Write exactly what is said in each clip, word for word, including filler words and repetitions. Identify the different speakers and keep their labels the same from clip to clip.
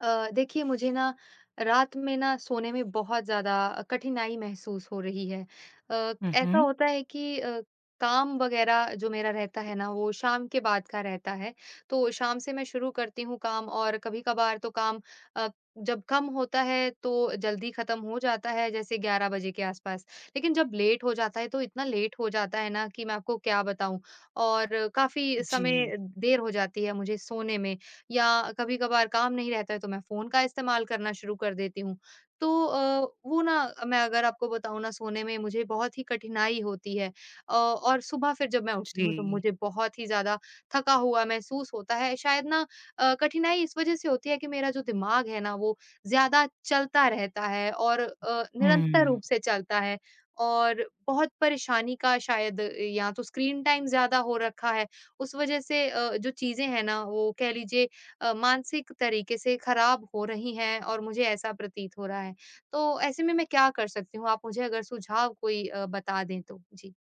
Speaker 1: अ, देखिए मुझे ना रात में ना सोने में बहुत ज़्यादा कठिनाई महसूस हो रही है। अ,
Speaker 2: हुँ,
Speaker 1: ऐसा
Speaker 2: हुँ।
Speaker 1: होता है कि अ, काम वगैरह जो मेरा रहता है ना वो शाम के बाद का रहता है। तो शाम से मैं शुरू करती हूँ काम और कभी-कभार तो काम अ, जब कम होता है तो जल्दी ख़त्म हो जाता है जैसे ग्यारह बजे के आसपास। लेकिन जब लेट हो जाता है तो इतना लेट हो जाता है ना कि मैं आपको क्या बताऊँ और काफ़ी
Speaker 2: जी,
Speaker 1: समय देर हो जाती है मुझे सोने में। या कभी-कभार काम नहीं रहता है तो मैं फ़ोन का इस्तेमाल करना शुरू कर देती हूँ। तो अ, वो ना मैं अगर आपको बताऊँ ना सोने में मुझे बहुत ही कठिनाई होती है। अ, और सुबह फिर जब मैं उठती हूँ तो
Speaker 2: जी।
Speaker 1: मुझे बहुत ही ज़्यादा थका हुआ महसूस होता है। शायद ना अ, कठिनाई इस वज़ह से होती है कि मेरा जो दिमाग है ना वो ज़्यादा चलता रहता है और अ, निरंतर
Speaker 2: हुँ।
Speaker 1: रूप से चलता है और बहुत परेशानी का शायद अ, या तो स्क्रीन टाइम ज़्यादा हो रखा है, उस वज़ह से अ, जो चीज़ें हैं ना वो कह लीजिए अ, मानसिक तरीके से खराब हो रही हैं और मुझे ऐसा प्रतीत हो रहा है। तो ऐसे में मैं क्या कर सकती हूँ? आप मुझे अगर सुझाव कोई अ, बता दें तो? जी।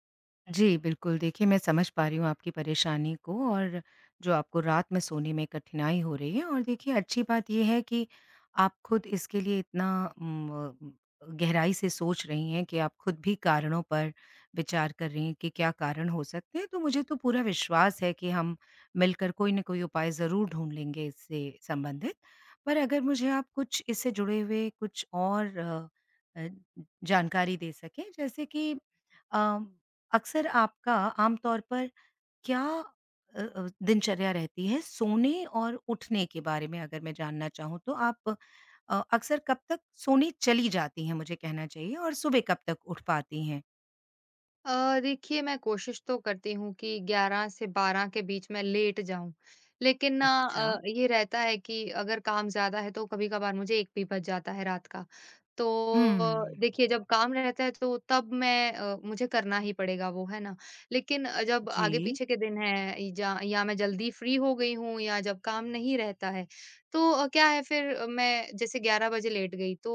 Speaker 2: जी, बिल्कुल। देखिए, मैं समझ पा रही हूँ आपकी परेशानी को और जो आपको रात में सोने में कठिनाई हो रही है और देखिए अच्छी बात ये है कि आप खुद इसके लिए इतना उम, गहराई से सोच रही हैं कि आप खुद भी कारणों पर विचार कर रही हैं कि क्या कारण हो सकते हैं। तो मुझे तो पूरा विश्वास है कि हम मिलकर कोई न कोई उपाय ज़रूर ढूँढ लेंगे इससे संबंधित। पर अगर मुझे आप कुछ इससे जुड़े हुए कुछ और अ अ, जानकारी दे सकें, जैसे कि अ अक्सर आपका आमतौर पर क्या अ अ, दिनचर्या रहती है सोने और उठने के बारे में, अगर मैं जानना चाहूँ तो आप अ, अक्सर कब तक सोने चली जाती हैं, मुझे कहना चाहिए, और सुबह कब तक उठ पाती हैं?
Speaker 1: अ, देखिए मैं कोशिश तो करती हूँ कि ग्यारह से बारह के बीच में लेट जाऊं, लेकिन ना
Speaker 2: अच्छा।
Speaker 1: अ, ये रहता है कि अगर काम ज्यादा है तो कभी-कभार मुझे एक भी बज जाता है रात का। तो
Speaker 2: हुँ।
Speaker 1: देखिए जब काम रहता है तो तब मैं अ, मुझे करना ही पड़ेगा वो, है ना? लेकिन अ, जब आगे
Speaker 2: जी।
Speaker 1: पीछे के दिन हैं जा या मैं जल्दी फ्री हो गई हूँ या जब काम नहीं रहता है तो अ, क्या है फिर अ, मैं जैसे ग्यारह बजे लेट गई तो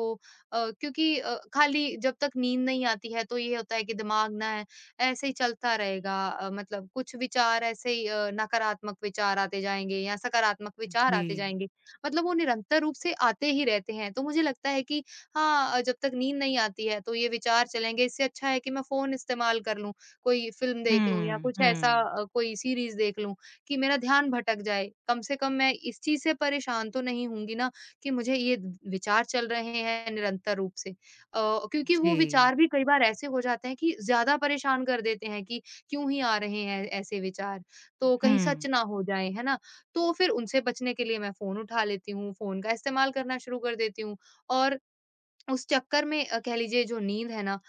Speaker 1: अ, क्योंकि अ, खाली जब तक नींद नहीं आती है तो ये होता है कि दिमाग ना है ऐसे ही चलता रहेगा। अ, मतलब कुछ विचार ऐसे ही अ, नकारात्मक विचार आते जाएँगे या सकारात्मक विचार
Speaker 2: जी।
Speaker 1: आते जाएँगे। मतलब वो निरंतर रूप से आते ही रहते हैं। तो मुझे लगता है कि हाँ, अ, जब तक नींद नहीं आती है तो ये विचार चलेंगे। इससे अच्छा है कि मैं फ़ोन इस्तेमाल कर लूँ, कोई फ़िल्म देख लूँ या
Speaker 2: हुँ,
Speaker 1: कुछ ऐसा
Speaker 2: हुँ।
Speaker 1: अ, कोई सीरीज़ देख लूँ कि मेरा ध्यान भटक जाए। कम से कम मैं इस चीज़ से परेशान तो नहीं होंगी ना कि मुझे ये विचार चल रहे हैं निरंतर रूप से। अ, क्योंकि वो
Speaker 2: जी।
Speaker 1: विचार भी कई बार ऐसे हो जाते हैं कि ज़्यादा परेशान कर देते हैं कि क्यों ही आ रहे हैं ऐसे विचार, तो कहीं सच
Speaker 2: हुँ।
Speaker 1: ना हो जाए, है ना? तो फिर उनसे बचने के लिए मैं फ़ोन उठा लेती हूँ, फ़ोन का इस्तेमाल करना शुरू कर देती हूँ और उस चक्कर में अ, कह लीजिए जो नींद है ना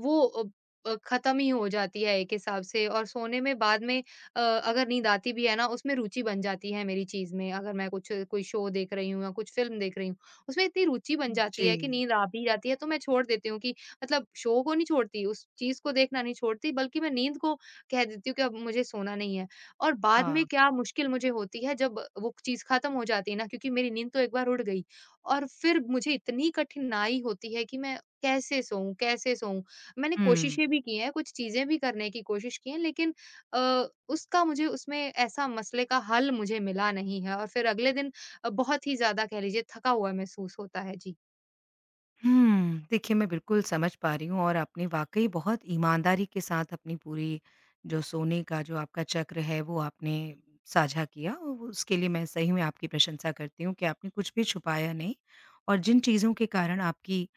Speaker 1: वो अ, अ, खत्म ही हो जाती है एक हिसाब से और सोने में बाद में अ, अगर नींद आती भी है ना उसमें रुचि बन जाती है मेरी चीज में, अगर मैं कुछ कोई शो देख रही हूँ या कुछ फिल्म देख रही हूँ उसमें इतनी रुचि बन जाती
Speaker 2: जी।
Speaker 1: है कि नींद आ भी जाती है तो मैं छोड़ देती हूँ कि मतलब शो को नहीं छोड़ती, उस चीज को देखना नहीं छोड़ती बल्कि मैं नींद को कह देती हूँ कि अब मुझे सोना नहीं है। और
Speaker 2: अ
Speaker 1: बाद में क्या मुश्किल मुझे होती है जब वो चीज खत्म हो जाती है ना, क्योंकि मेरी नींद तो एक बार उड़ गई और फिर मुझे इतनी कठिनाई होती है कि मैं कैसे सोऊँ, कैसे सोऊँ? मैंने
Speaker 2: हुँ।
Speaker 1: कोशिशें भी की हैं, कुछ चीज़ें भी करने की कोशिश की है लेकिन अ, उसका मुझे उसमें ऐसा मसले का हल मुझे मिला नहीं है और फिर अगले दिन अ, बहुत ही ज़्यादा कह लीजिए थका हुआ महसूस होता है। जी।
Speaker 2: हुँ। देखिए, मैं बिल्कुल समझ पा रही हूँ और आपने वाक़ई बहुत ईमानदारी के साथ अपनी पूरी जो सोने का जो आपका चक्र है, वो आपने साझा किया। उ उसके लिए मैं सही में आपकी प्रशंसा करती हूँ कि आपने कुछ भी छुपाया नहीं और जिन चीज़ों के कारण आपकी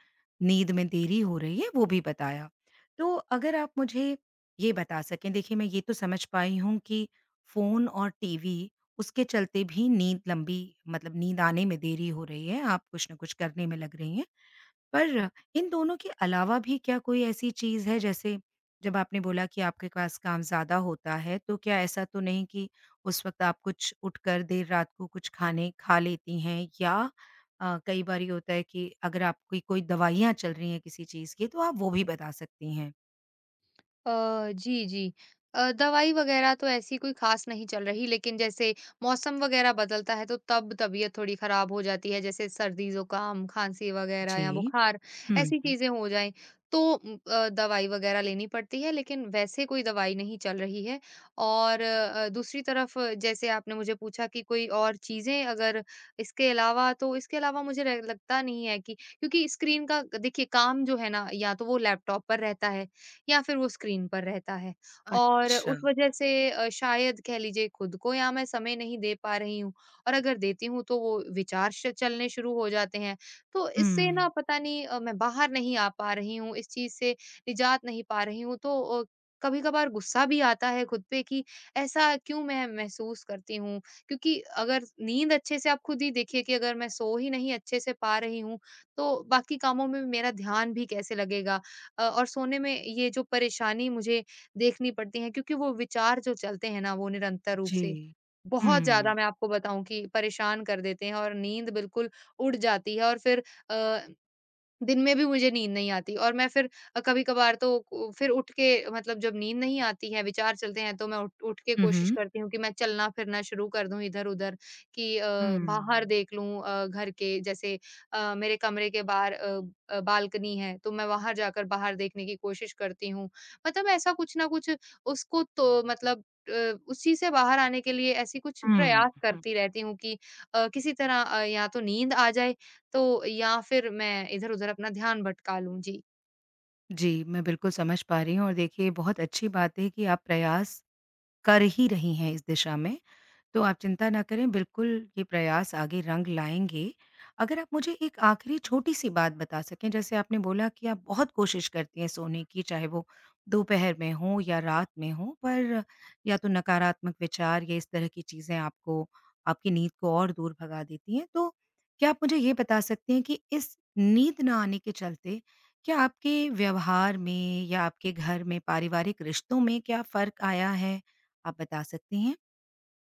Speaker 2: नींद में देरी हो रही है, वो भी बताया। तो अगर आप मुझे ये बता सकें, देखिए मैं ये तो समझ पाई हूँ कि फ़ोन और टीवी, उसके चलते भी नींद लंबी मतलब नींद आने में देरी हो रही है, आप कुछ न कुछ करने में लग रही हैं। पर इन दोनों के अलावा भी क्या कोई ऐसी चीज़ है, जैसे जब आपने बोला कि आपके पास काम ज़्यादा होता है, तो क्या ऐसा तो नहीं कि उस वक़्त आप कुछ उठकर देर रात को कुछ खाने खा लेती हैं, या अ, कई बारी होता है कि अगर आपकी कोई दवाइयाँ चल रही हैं किसी चीज़ की, तो आप वो भी बता सकती हैं?
Speaker 1: अ, जी, जी। अ, दवाई वगैरह तो ऐसी कोई ख़ास नहीं चल रही, लेकिन जैसे मौसम वगैरह बदलता है, तो तब तबीयत थोड़ी ख़राब हो जाती है, जैसे सर्दी, ज़ुकाम, खाँसी वगैरह
Speaker 2: जी।
Speaker 1: या बुखार,
Speaker 2: हुँ,
Speaker 1: ऐसी
Speaker 2: हुँ।
Speaker 1: चीज़ें हो जाएँ, तो उम, अ, दवाई वगैरह लेनी पड़ती है, लेकिन वैसे कोई दवाई नहीं चल रही है। और अ, दूसरी तरफ अ, जैसे आपने मुझे पूछा कि कोई और चीज़ें अगर इसके अलावा, तो इसके अलावा मुझे र लगता नहीं है कि क्योंकि स्क्रीन का देखिए, काम जो है ना, या तो वो लैपटॉप पर रहता है या फिर वो स्क्रीन पर रहता है। और
Speaker 2: अच्छा।
Speaker 1: उस वज़ह से अ, शायद कह लीजिए खुद को या मैं समय नहीं दे पा रही हूँ और अगर देती हूँ तो वो विचार श चलने शुरू हो जाते हैं। तो इससे ना
Speaker 2: हुँ।
Speaker 1: पता नहीं अ, मैं बाहर नहीं आ पा रही हूँ, इस चीज़ से निजात नहीं पा रही हूँ। तो अ, कभी-कभार गुस्सा भी आता है खुद पे कि ऐसा क्यों मैं महसूस करती हूँ? क्योंकि अगर नींद अच्छे से आप खुद ही देखिए कि अगर मैं सो ही नहीं अच्छे से पा रही हूँ, तो बाकी कामों में मेरा ध्यान भी कैसे लगेगा? अ, और सोने में ये जो परेशानी मुझे देखनी पड़ती है क्योंकि वो विचार जो चलते हैं ना वो निरंतर रूप
Speaker 2: जी।
Speaker 1: से बहुत ज़्यादा,
Speaker 2: हुँ।
Speaker 1: मैं आपको बताऊँ कि परेशान कर देते हैं और नींद बिल्कुल उड़ जाती है और फिर अ, दिन में भी मुझे नींद नहीं आती और मैं फिर अ, कभी-कभार तो उ फिर उठ के मतलब जब नींद नहीं आती है, विचार चलते हैं, तो मैं उठ उठ के
Speaker 2: हुँ,
Speaker 1: कोशिश
Speaker 2: हुँ।
Speaker 1: करती हूँ कि मैं चलना-फिरना शुरू कर दूँ इधर-उधर कि अ, बाहर देख लूँ, अ, घर के जैसे अ, मेरे कमरे के बाहर अ अ, बालकनी है, तो मैं वहाँ जाकर बाहर देखने की कोशिश करती हूँ। मतलब ऐसा कुछ ना कुछ उसको तो मतलब अ, उसी से बाहर आने के लिए ऐसी कुछ
Speaker 2: हुँ,
Speaker 1: प्रयास
Speaker 2: हुँ।
Speaker 1: करती रहती हूँ कि अ, किसी तरह अ, या तो नींद आ जाए तो या फिर मैं इधर-उधर अपना ध्यान भटका लूँ। जी।
Speaker 2: जी, मैं बिल्कुल समझ पा रही हूँ और देखिए बहुत अच्छी बात है कि आप प्रयास कर ही रही हैं इस दिशा में, तो आप चिंता ना करें, बिल्कुल ये प्रयास आगे रंग लाएँगे। अगर आप मुझे एक आखिरी छोटी-सी बात बता सकें, जैसे आपने बोला कि आप बहुत कोशिश करती हैं सोने की, चाहे वो दोपहर में हो या रात में हो, पर या तो नकारात्मक विचार या इस तरह की चीज़ें आपको आपकी नींद को और दूर भगा देती हैं। तो क्या आप मुझे ये बता सकती हैं कि इस नींद ना आने के चलते, क्या आपके व्यवहार में या आपके घर में, पारिवारिक रिश्तों में क्या फ़र्क आया है? आप बता सकते हैं?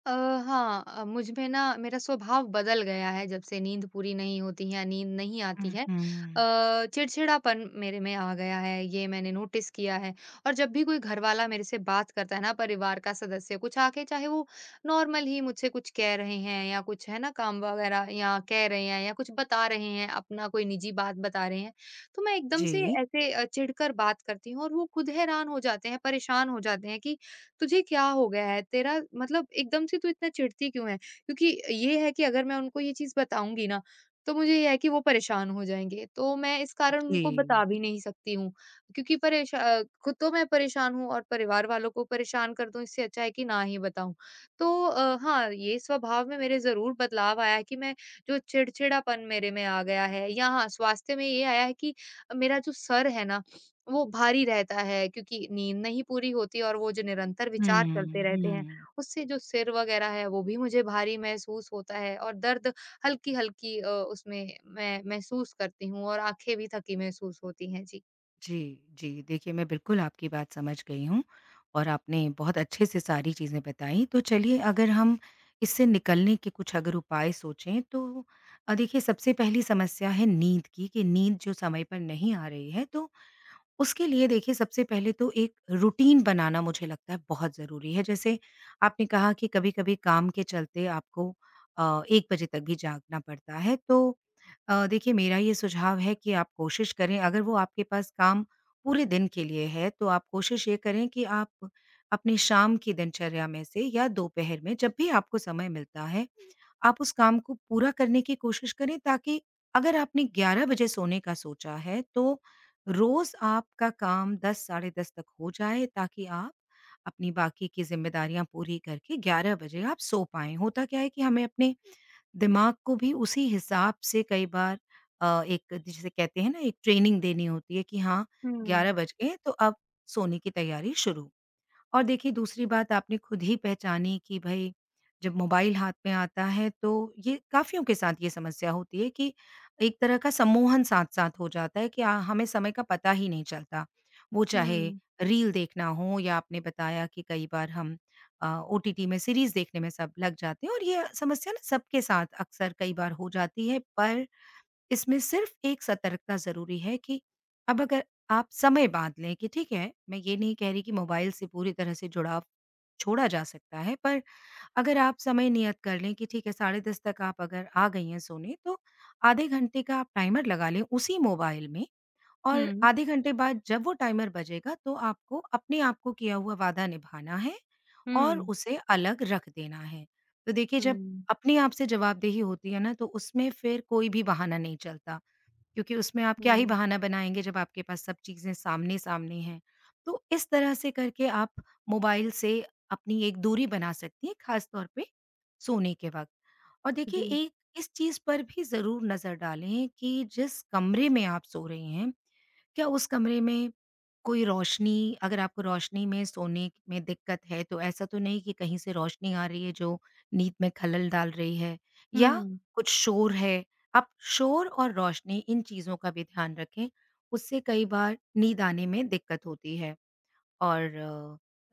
Speaker 1: अ, हाँ, अ, मुझ में ना मेरा स्वभाव बदल गया है जब से नींद पूरी नहीं होती है, नींद नहीं आती
Speaker 2: हुँ,
Speaker 1: है।
Speaker 2: हुँ।
Speaker 1: अ, चिड़चिड़ापन मेरे में आ गया है, ये मैंने नोटिस किया है और जब भी कोई घरवाला मेरे से बात करता है ना, परिवार का सदस्य कुछ आके चाहे वो नॉर्मल ही मुझसे कुछ कह रहे हैं या कुछ है ना काम वगैरह या कह रहे हैं या कुछ बता रहे हैं, अपना कोई निजी बात बता रहे हैं, तो मैं एकदम से
Speaker 2: जी,
Speaker 1: ऐसे अ, चिढ़कर बात करती हूँ और वो खुद हैरान हो जाते हैं, परेशान हो जाते हैं कि तुझे क्या हो गया है? तेरा मतलब एकदम से तू इतना चिढ़ती क्यों है? क्योंकि ये है कि अगर मैं उनको ये चीज़ बताऊँगी ना, तो मुझे ये है कि वो परेशान हो जाएँगे। तो मैं इस कारण उनको बता
Speaker 2: जी।
Speaker 1: भी नहीं सकती हूँ क्योंकि परेशा खुद तो मैं परेशान हूँ और परिवार वालों को परेशान कर दूँ, इससे अच्छा है कि ना ही बताऊँ। तो अ, हाँ, ये स्वभाव में मेरे ज़रूर बदलाव आया है कि मैं जो चिड़चिड़ापन मेरे में आ गया है या हाँ, स्वास्थ्य में ये आया है कि मेरा जो सर है ना वो भारी रहता है क्योंकि नींद नहीं पूरी होती और वो जो निरंतर विचार चलते
Speaker 2: हुँ,
Speaker 1: रहते हैं,
Speaker 2: हुँ।
Speaker 1: उससे जो सिर वगैरह है वो भी मुझे भारी महसूस होता है और दर्द हल्की-हल्की अ, उसमें मैं महसूस करती हूँ और आँखें भी थकी महसूस होती हैं। जी।
Speaker 2: जी, जी। देखिए, मैं बिल्कुल आपकी बात समझ गई हूँ और आपने बहुत अच्छे से सारी चीज़ें बताई। तो चलिए अगर हम इससे निकलने के कुछ अगर उपाय सोचें तो अ, देखिए सबसे पहली समस्या है नींद की कि नींद जो समय पर नहीं आ रही है, तो उसके लिए देखिए सबसे पहले तो एक रूटीन बनाना मुझे लगता है बहुत ज़रूरी है। जैसे आपने कहा कि कभी-कभी काम के चलते आपको अ, एक बजे तक भी जागना पड़ता है, तो अ, देखिए मेरा ये सुझाव है कि आप कोशिश करें, अगर वो आपके पास काम पूरे दिन के लिए है तो आप कोशिश ये करें कि आप अपनी शाम की दिनचर्या में से या दोपहर में जब भी आपको समय मिलता है, आप उस काम को पूरा करने की कोशिश करें, ताकि अगर आपने ग्यारह बजे सोने का सोचा है तो रोज आपका काम दस साढ़े दस तक हो जाए, ताकि आप अपनी बाकी की ज़िम्मेदारियाँ पूरी करके ग्यारह बजे आप सो पाएँ। होता क्या है कि हमें अपने दिमाग को भी उसी हिसाब से कई बार अ, एक, जिसे कहते हैं ना, एक ट्रेनिंग देनी होती है कि हाँ,
Speaker 1: हुँ,
Speaker 2: ग्यारह बज गए हैं तो अब सोने की तैयारी शुरू। और देखिए दूसरी बात आपने खुद ही पहचानी कि भई जब मोबाइल हाथ में आता है तो ये काफ़ियों के साथ ये समस्या होती है कि एक तरह का सम्मोहन साथ-साथ हो जाता है कि अ, हमें समय का पता ही नहीं चलता। वो चाहे
Speaker 1: हुँ,
Speaker 2: रील देखना हो या आपने बताया कि कई बार हम अ, ओटीटी में सीरीज़ देखने में सब लग जाते हैं, और ये समस्या ना सबके साथ अक्सर कई बार हो जाती है, पर इसमें सिर्फ एक सतर्कता ज़रूरी है कि अब अगर आप समय बाँध लें कि ठीक है, मैं ये नहीं कह रही कि मोबाइल से पूरी तरह से जुड़ाव छोड़ा जा सकता है, पर अगर आप समय नियत कर लें कि ठीक है, साढ़े दस तक आप अगर आ गई हैं सोने, तो आधे घंटे का आप टाइमर लगा लें उसी मोबाइल में, और
Speaker 1: हुँ,
Speaker 2: आधे घंटे बाद जब वो टाइमर बजेगा, तो आपको अपने आप को किया हुआ वादा निभाना है और
Speaker 1: हुँ,
Speaker 2: उसे अलग रख देना है। तो देखिए, जब
Speaker 1: हुँ,
Speaker 2: अपने आप से जवाबदेही होती है ना, तो उसमें फिर कोई भी बहाना नहीं चलता। क्योंकि उसमें आप क्या ही
Speaker 1: हुँ,
Speaker 2: बहाना बनाएँगे जब आपके पास सब चीज़ें सामने-सामने हैं। तो इस तरह से करके आप मोबाइल से अपनी एक दूरी बना सकती हैं, ख़ास तौर पे सोने के वक़्त। और देखिए
Speaker 1: जी,
Speaker 2: एक इस चीज़ पर भी ज़रूर नज़र डालें कि जिस कमरे में आप सो रही हैं, क्या उस कमरे में कोई रोशनी, अगर आपको रोशनी में सोने में दिक्कत है, तो ऐसा तो नहीं कि कहीं से रोशनी आ रही है जो नींद में खलल डाल रही है, या
Speaker 1: हुँ,
Speaker 2: कुछ शोर है। आप शोर और रोशनी, इन चीज़ों का भी ध्यान रखें, उससे कई बार नींद आने में दिक्कत होती है। और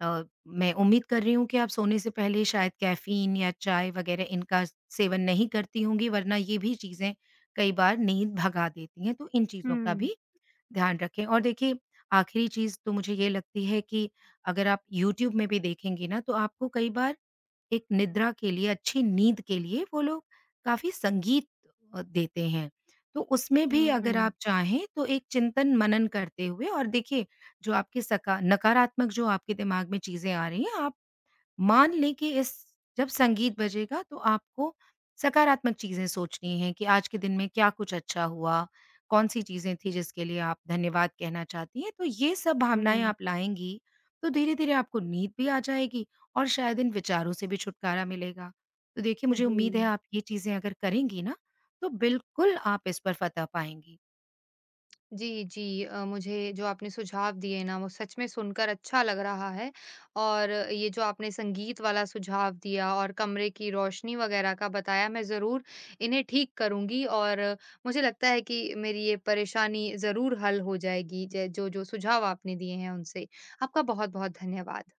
Speaker 2: अ, अ, मैं उम्मीद कर रही हूँ कि आप सोने से पहले शायद कैफ़ीन या चाय वग़ैरह इनका सेवन नहीं करती होंगी, वरना ये भी चीज़ें कई बार नींद भगा देती हैं, तो इन चीज़ों का
Speaker 1: हुँ,
Speaker 2: भी ध्यान रखें। और देखिए आखिरी चीज़ तो मुझे ये लगती है कि अगर आप यूट्यूब में भी देखेंगी ना, तो आपको कई बार एक निद्रा के लिए, अच्छी नींद के लिए, वो लोग काफ़ी संगीत अ, देते हैं। तो उसमें भी अगर
Speaker 1: हुँ,
Speaker 2: आप चाहें तो एक चिंतन मनन करते हुए, और देखिए जो आपके सका नकारात्मक जो आपके दिमाग में चीज़ें आ रही हैं, आप मान लें कि इस, जब संगीत बजेगा तो आपको सकारात्मक चीज़ें सोचनी हैं कि आज के दिन में क्या कुछ अच्छा हुआ, कौन-सी चीज़ें थी जिसके लिए आप धन्यवाद कहना चाहती हैं। तो ये सब भावनाएँ आप लाएँगी, तो धीरे-धीरे आपको नींद भी आ जाएगी और शायद इन विचारों से भी छुटकारा मिलेगा। तो देखिए
Speaker 1: हुँ,
Speaker 2: मुझे उम्मीद है
Speaker 1: जी।
Speaker 2: आप ये चीज़ें अगर करेंगी ना, तो बिल्कुल आप इस पर फ़तह पाएँगी।
Speaker 1: जी, जी। अ, मुझे जो आपने सुझाव दिए ना, वो सच में सुनकर अच्छा लग रहा है और ये जो आपने संगीत वाला सुझाव दिया और कमरे की रोशनी वग़ैरह का बताया, मैं ज़रूर इन्हें ठीक करूँगी और मुझे लगता है कि मेरी ये परेशानी ज़रूर हल हो जाएगी, ज जो, जो सुझाव आपने दिए हैं उनसे। आपका बहुत-बहुत धन्यवाद।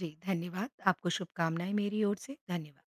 Speaker 2: जी, धन्यवाद। आपको शुभकामनाएँ मेरी ओर से। धन्यवाद।